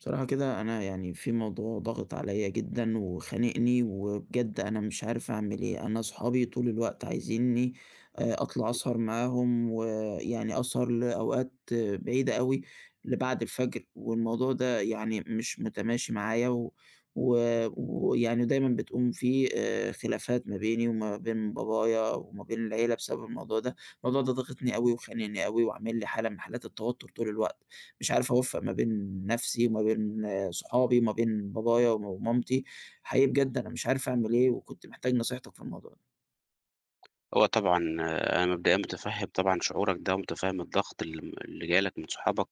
بصراحة كده أنا يعني في موضوع ضاغط عليا جدًا وخانقني، وبجد أنا مش عارف أعمل إيه. أنا صحابي طول الوقت عايزينّي أطلع أسهر معاهم، ويعني أسهر لأوقات بعيدة أوي لبعد الفجر، والموضوع ده يعني مش متماشي معايا، و و ويعني دايمًا بتقوم في خلافات ما بيني وما بين بابايا وما بين العيلة بسبب الموضوع ده. الموضوع ده ضاغطني أوي وخانقني أوي، وعامل لي حالة من حالات التوتر طول الوقت. مش عارف أوفّق ما بين نَفْسي وما بين صحابي وما بين بابايا وم ومامتي. حقيقي بجد أنا مش عارف أعمل إيه وكنت محتاج نصيحتك في الموضوع ده. هو طبعًا أنا مبدئيًا مُتفهِّم طبعًا شعورك ده ومُتفهِّم الضغط اللي جاي لك من صحابك،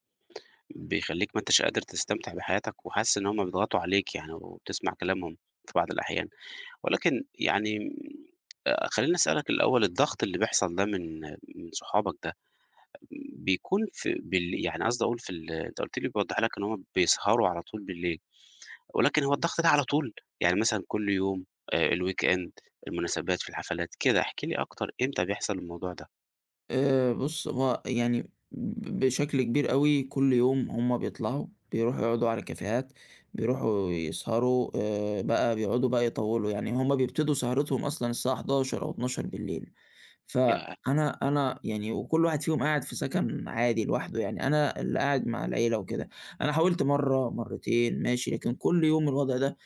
بيخلّيك ما أنتش قادر تستمتع بحياتك وحاسس إن هم بيضغطوا عليك يعني وبتسمع كلامهم في بعض الأحيان. ولكن يعني خلّيني أسألك الأول الضغط اللي بيحصل ده من صحابك ده بيكون في بال يعني قصدي أقول في ال أنت قُلت لي بيوضّح لك إن هم بيسهروا على طول بالليل، ولكن هو الضغط ده على طول؟ يعني مثلًا كل يوم، الweekend، المناسبات، في الحفلات، كده، احكِ لي أكتر إمتى بيحصل الموضوع ده؟ بُص، هو يعني بشكل كبير أوي كل يوم هم بيطلعوا، بيروحوا يقعدوا على كافيهات، بيروحوا يسهروا، بقى بيقعدوا بقى يطوّلوا. يعني هم بيبتدوا سهرتهم أصلًا الساعة 23:00 أو 00:00. ياه! فأنا يعني وكل واحد فيهم قاعد في سكن عادي لوحده، يعني أنا اللي قاعد مع العيلة وكده. أنا حاولت مرّة، مرّتين ماشي، لكن كل يوم الوضع ده.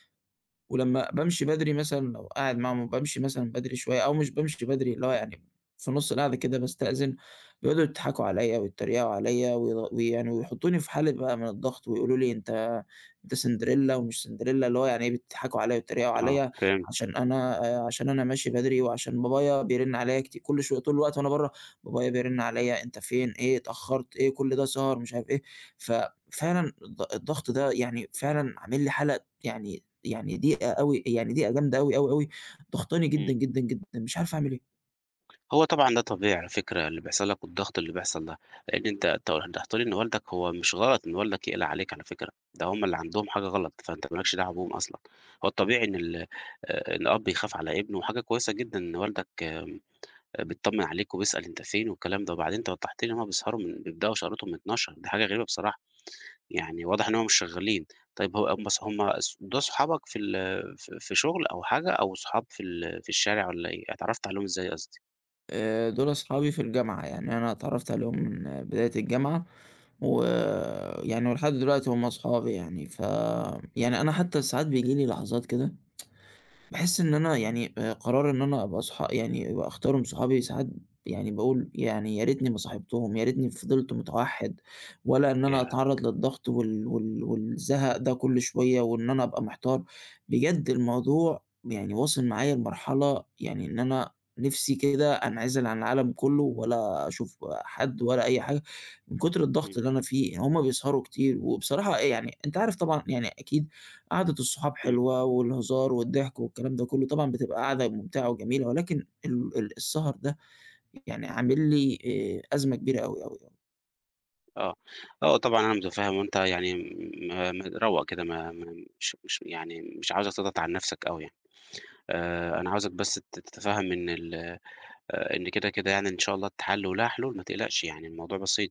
ولمّا بامشي بدري مثلًا لو قاعد معاهم وبامشي مثلًا بدري شوية أو مش بامشي بدري، اللي هو يعني في نُص القعدة كده باستأذن، بيقعدوا يضحكوا عليّا ويتريقوا عليّا ويعني ويحطّوني في حالة بقى من الضغط ويقولوا لي: "أنت سندريلا ومش سندريلا." اللي هو يعني إيه بيضحكوا عليّا ويتريقوا آه، عليّا فهمت. عشان أنا، عشان أنا ماشي بدري وعشان بابايا بيرن عليّا كل شوية طول الوقت وأنا برّه. بابايا بيرن عليّا: "أنت فين؟ إيه اتأخّرت؟ إيه كل ده سهر؟" مش عارف إيه. ففعلًا الضغط ده يعني فعلًا عامل لي حالة يعني ضيقة أوي، يعني ضيقة جامدة أوي، أوي، أوي، ضاغطاني جدًا، إمم. جدًا، جدًا، مش عارف أعمل إيه. هو طبعًا ده طبيعي على فكرة اللي بيحصل لك والضغط اللي بيحصل ده، لإن أنت توضّحت لي إن والدك هو مش غلط إن والدك يقلق عليك على فكرة، ده هم اللي عندهم حاجة غلط، فأنت ما لكش دعوة بيهم أصلًا. هو الطبيعي إن ال الأب يخاف على ابنه وحاجة كويسة جدًا إن والدك بيتطمن عليك وبيسأل أنت فين والكلام ده، وبعدين أنت وضّحت لي إن هم بيسهروا من بيبدأوا سهرتهم من 00:00. دي حاجة غريبة بصراحة. يعني واضح إن هُم مش شغالين. طيب هو بس هُم دول صحابك في ال ف في شغل أو حاجة أو صحاب في الشارع والّا إيه؟ اتعرّفت عليهم إزاي قصدي؟ دول أصحابي في الجامعة، يعني أنا اتعرّفت عليهم من بداية الجامعة، ويعني ولحد دلوقتي هُم أصحابي يعني. ف يعني أنا حتى ساعات بييجي لي لحظات كده باحس إن أنا يعني، قرار إن أنا أبقى يعني أبقى أختارهم صحابي ساعات. يعني باقول يعني يا ريتني ما صاحبتهم، يا ريتني فضلت متوحِّد، ولا إن أنا ياه! أتعرّض للضغط والزهق ده كل شوية وإن أنا أبقى محتار. بجد الموضوع يعني واصل معايا لمرحلة يعني إن أنا نِفْسي كده أنعزل عن العالم كُلّه ولا أشوف حد ولا أي حاجة من كتر الضغط إمم. اللي أنا فيه. هم بيسهروا كتير وبصراحة يعني أنت عارف طبعًا يعني أكيد قعدة الصحاب إمم. حلوة والهزار والضحك والكلام ده كله، طبعًا بتبقى قعدة ممتعة وجميلة، ولكن ال ال السهر ده يعني عامل لي أزمة كبيرة أوي، أوي، أوي. آه. آه طبعًا أنا متفهّم وأنت يعني م م روّق كده ما ما مش يعني مش عاوزك تضغط على نَفْسك أوي يعني. أنا عاوزك بس تتفهم إن ال إن كده، كده يعني إن شاء الله تتحل ولها حلول ما تقلقش يعني الموضوع بسيط.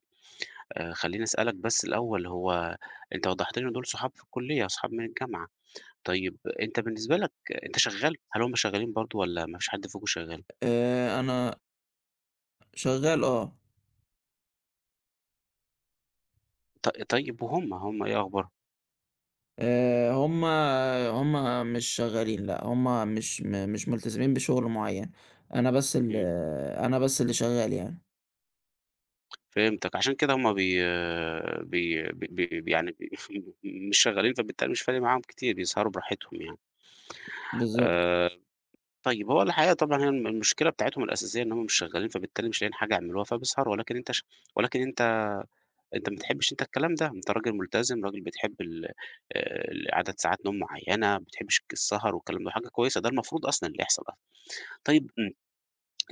خلّيني أسألك بس الأول هو أنت وضّحت لي إن دول صحاب في الكُلّية، صحاب من الجامعة. طيب أنت بالنسبة لك أنت شغّال؟ هل هُم شغّالين برضه والّا ما فيش حد فيكم شغّال؟ أنا شغّال آه. طيب وهُم، هُم إيه أخبارهم؟ آآ هُم هُم مش شغّالين لأ، هُم مش ملتزمين بشغل معيّن. أنا بس ال إمم. أنا بس اللي شغّال يعني. فهمتك، عشان كده هُم بي بي ب ب يعني مش شغّالين فبالتالي مش فارق معاهم كتير، بيسهروا براحتهم يعني. بالضبط. آآ طيب هو الحقيقة طبعًا هي المشكلة بتاعتهم الأساسية إن هُم مش شغّالين، فبالتالي مش لاقيين حاجة يعملوها فبيسهروا، ولكن أنت ش ولكن أنت ما بتحبّش أنت الكلام ده، أنت راجل ملتزم، راجل بتحب ال آآ عدد ساعات نوم معيّنة، ما بتحبّش السهر والكلام ده، وحاجة كويسة، ده المفروض أصلًا اللي يحصل. طيب إمم.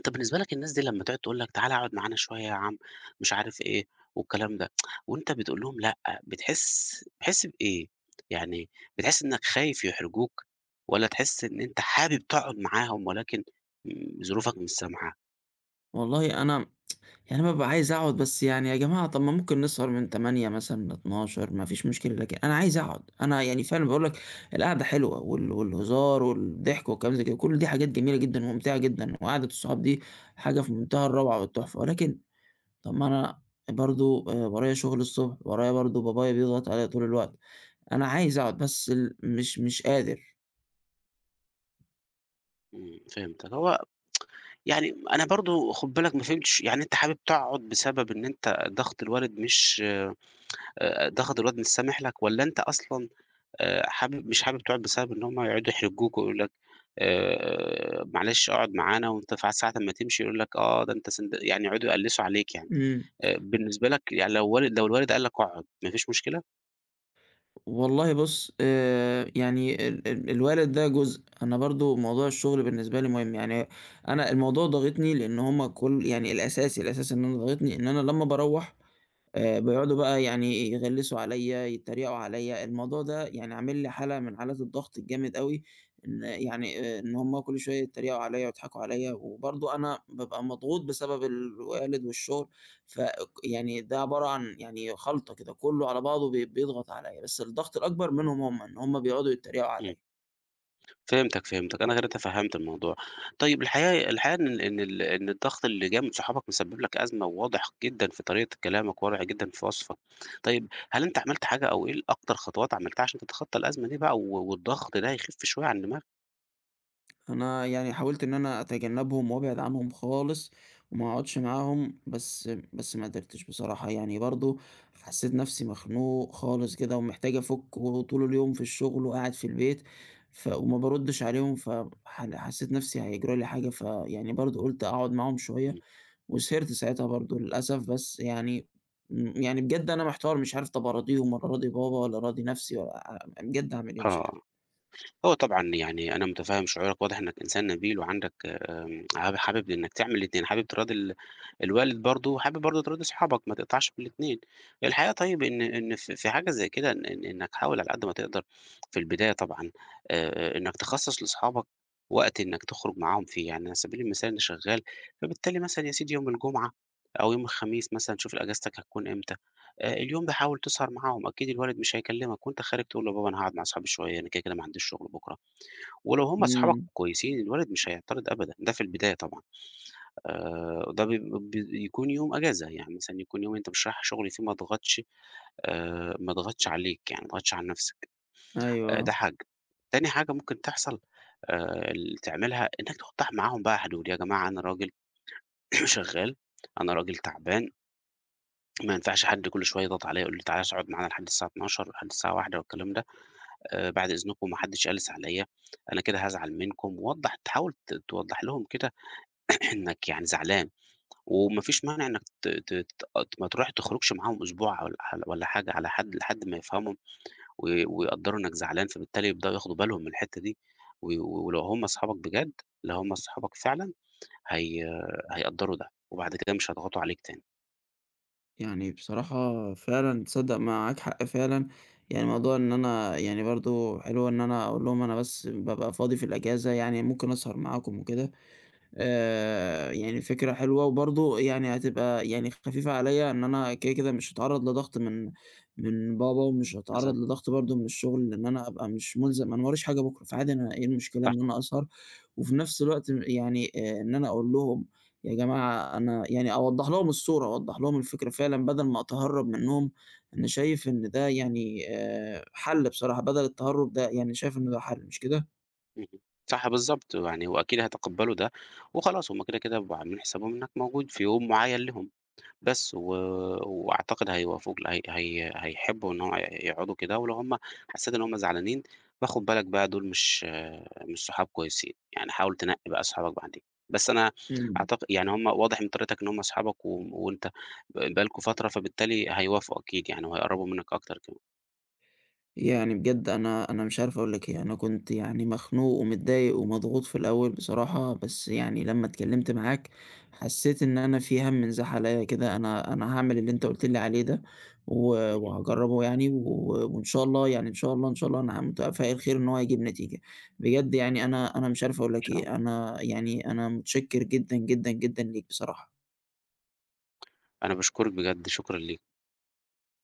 طب بالنسبة لك الناس دي لمّا تقعد تقول لك تعالَ اقعد معانا شوية يا عم، مش عارف إيه والكلام ده، وأنت بتقول لهم لأ، بتحس بإيه؟ يعني بتحس إنك خايف يحرجوك، والّا تحس إن أنت حابب تقعد معاهم ولكن ظروفك مش سامحة؟ والله أنا يعني أنا بابقى عايز أقعد بس يعني يا جماعة طب ما ممكن نسهر من 20:00 مثلًا ل00:00 ما فيش مشكلة، لكن أنا عايز أقعد. أنا يعني فعلًا باقول لك القعدة حلوة والهزار والضحك والكلام زي كده، كل دي حاجات جميلة جدًا وممتعة جدًا، وقعدة الصحاب دي حاجة في منتهى الروعة والتحفة. ولكن طب ما أنا برضه، ورايا شغل الصبح، ورايا برضه بابايا بيضغط عليَّ طول الوقت. أنا عايز أقعد بس مش قادر. إمم. فهمتك. هو يعني أنا برضه خُد بالك ما فهمتش، يعني أنت حابب تقعد بسبب إن أنت ضغط الوالد مش ضغط الوالد مش سامح لك، والّا أنت أصلًا حابب مش حابب تقعد بسبب إن هم يقعدوا يحرجوك ويقولوا لك معلش اقعد معانا وأنت ساعة أمّا تمشي يقول لك آه ده أنت سند يعني يقعدوا يقلّسوا عليك يعني. إمم. بالنسبة لك يعني لو الوالد قال لك اقعد ما فيش مشكلة؟ والله بُص، يعني ال ال الوالد ده جزء، أنا برضه موضوع الشغل بالنسبة لي مهم. يعني أنا الموضوع ضاغطني لإن هم كل يعني الأساسي، الأساسي إن أنا ضاغطني إن أنا لمّا باروّح، بيقعدوا بقى يعني يغلسوا عليَّ، يتريقوا عليَّ. الموضوع ده يعني عامل لي حالة من حالات الضغط الجامد أوي، إن يعني إن هم كل شوية يتريقوا عليَّ ويضحكوا عليَّ، وبرضه أنا بابقى مضغوط بسبب الوالد والشغل. ف يعني ده عبارة عن يعني خلطة كده، كلّه على بعضه بيضغط عليَّ، بس الضغط الأكبر منهم هم، إن هم بيقعدوا يتريقوا إمم. عليَّ. فهمتك، فهمتك، أنا كده تفهّمت الموضوع. طيب الحقيقة الحقيقة إن الضغط اللي جاي من صحابك مسبب لك أزمة وواضح جدًا في طريقة كلامك، واضح جدًا في وصفك. طيب هل أنت عملت حاجة أو إيه أكتر خطوات عملتها عشان تتخطى الأزمة دي بقى والضغط ده يخف شوية عن دماغك؟ أنا يعني حاولت إن أنا أتجنّبهم وأبعد عنهم خالص وما أقعدش معاهم، بس ما قدرتش بصراحة. يعني برضه حسّيت نَفْسي مخنوق خالص كده ومحتاج أفُك وطول اليوم في الشغل وقاعد في البيت، ف وما باردّش عليهم، حسّيت نَفْسي هيجرى لي حاجة، فيعني برضه قُلت أقعد معاهم شوية إمم. وسهرت ساعتها برضه للأسف. بس يعني م يعني بجد أنا محتار مش عارف طَب أراضيهم والّا أراضي بابا والّا أراضي نَفْسي والّا أ بجد أعمل إيه مش عارف. آه. هو طبعًا يعني أنا مُتفهِّم شعورك، واضح إنّك إنسان نبيل وعندك آمم، عاب حابب إنّك تعمل الاتنين، حابب تراضي الوالد برضه وحابب برضه تراضي صحابك، ما تقطعش في الاتنين. الحقيقة طيب إن إن في في حاجة زي كده إن إن إنّك حاول على قد ما تقدر في البداية طبعًا. إنّك تخصّص لصحابك وقت إنّك تخرج معاهم فيه. يعني على سبيل المثال أنا شغّال، فبالتالي مثلًا يا سيدي يوم الجمعة أو يوم الخميس مثلًا شوف أجازتك هتكون إمتى. اليوم ده حاول تسهر معاهم، أكيد الوالد مش هيكلّمك وأنت خارج تقول له: "يا بابا أنا هاقعد مع صحابي شوية، أنا كده، كده ما عنديش شُغل بُكرة." ولو هم أصحابك إمم، كويسين الولد مش هيعترض أبدًا. ده في البداية طبعًا. ده بي بي يكون يوم أجازة، يعني مثلًا يكون يوم أنت مش رايح شغل فيه ما اضغطش ما اضغطش عليك، يعني ما اضغطش على نفسك. ده أيوه. حاجة. تاني حاجة ممكن تحصل ال تعملها إنك توضح معاهم بقى حدود. يا جماعة أنا راجل شغال، أنا راجل تعبان، ما ينفعش حد كل شوية يضغط عليَّ يقول لي تعالَ اقعد معانا لحد الساعة 00:00 ولحد الساعة 01:00 والكلام ده. بعد إذنكم ما حدش يقلِّس عليَّ، أنا كده هازعل منكم. ووضّح تحاول توضح لهم كده إنك يعني زعلان، وما فيش مانع إنك ت ت ت ما تروح تخرجش معاهم أسبوع والّا والّا حاجة على حد لحد ما يفهموا و ويقدّروا إنك زعلان، فبالتالي يبدأوا ياخدوا بالهم من الحتّة دي. ولو هم أصحابك بجد، لو هم أصحابك فعلًا هي هيقدّروا ده، وبعد كده مش هيضغطوا عليك تاني. يعني بصراحة فعلًا تصدّق معاك حق فعلًا. يعني موضوع إن أنا يعني برضه حلو إن أنا أقول لهم أنا بس بابقى فاضي في الأجازة، يعني ممكن أسهر معاكم وكده. يعني فكرة حلوة، وبرضه يعني هتبقى يعني خفيفة عليَّ إن أنا كده، كده مش هاتعرّض لضغط من من بابا، ومش هاتعرّض بالضبط. لضغط برضه من الشغل، لإن أنا هابقى مش ملزم، أنا ما وراييش حاجة بكرة، فعادي أنا إيه المشكلة صح. إن أنا أسهر. وفي نفس الوقت م يعني، إن أنا أقول لهم يا جماعة أنا يعني أوضّح لهم الصورة، أوضّح لهم الفكرة فعلًا بدل ما أتهرّب منهم. أنا شايف إن ده يعني، حل بصراحة، بدل التهرُّب ده، يعني شايف إن ده حل، مش كده؟ اهم. صح بالضبط، يعني وأكيد هيتقبّلوا ده، وخلاص هم كده، كده بيبقوا عاملين حسابهم إنك موجود في يوم معيّن ليهم. بس و وأعتقد هيوافقوا هي هي هيحبوا إن هو يقعدوا كده. ولو هُم حسّيت إن هُم زعلانين بقى خُد بالك بقى دول مش صحاب كويسين، يعني حاول تنقّي بقى صحابك بعدين. بس أنا إمم. يعني هُم واضح من طريقتك إن هُم أصحابك وأنت بقى لكم فترة، فبالتالي هيوافقوا أكيد يعني وهيقرّبوا منّك أكتر كمان. يعني بجد أنا مش عارف أقول لك إيه. أنا كنت يعني مخنوق ومتضايق ومضغوط في الأول بصراحة، بس يعني لمّا اتكلمت معاك حسيت إن أنا في هَم انزاح عليّا كده. أنا هاعمل اللي أنت قُلت لي عليه ده، و اهم. وهاجرّبه يعني، و وإن شاء الله يعني، إن شاء الله، إن شاء الله أنا متفائل خير إن هو هيجيب نتيجة. بجد يعني أنا مش عارف أقول إن لك شاء الله. إيه. أنا يعني أنا متشكر جدًا، جدًا، جدًا ليك بصراحة. أنا باشكرك بجد، شكرًا ليك.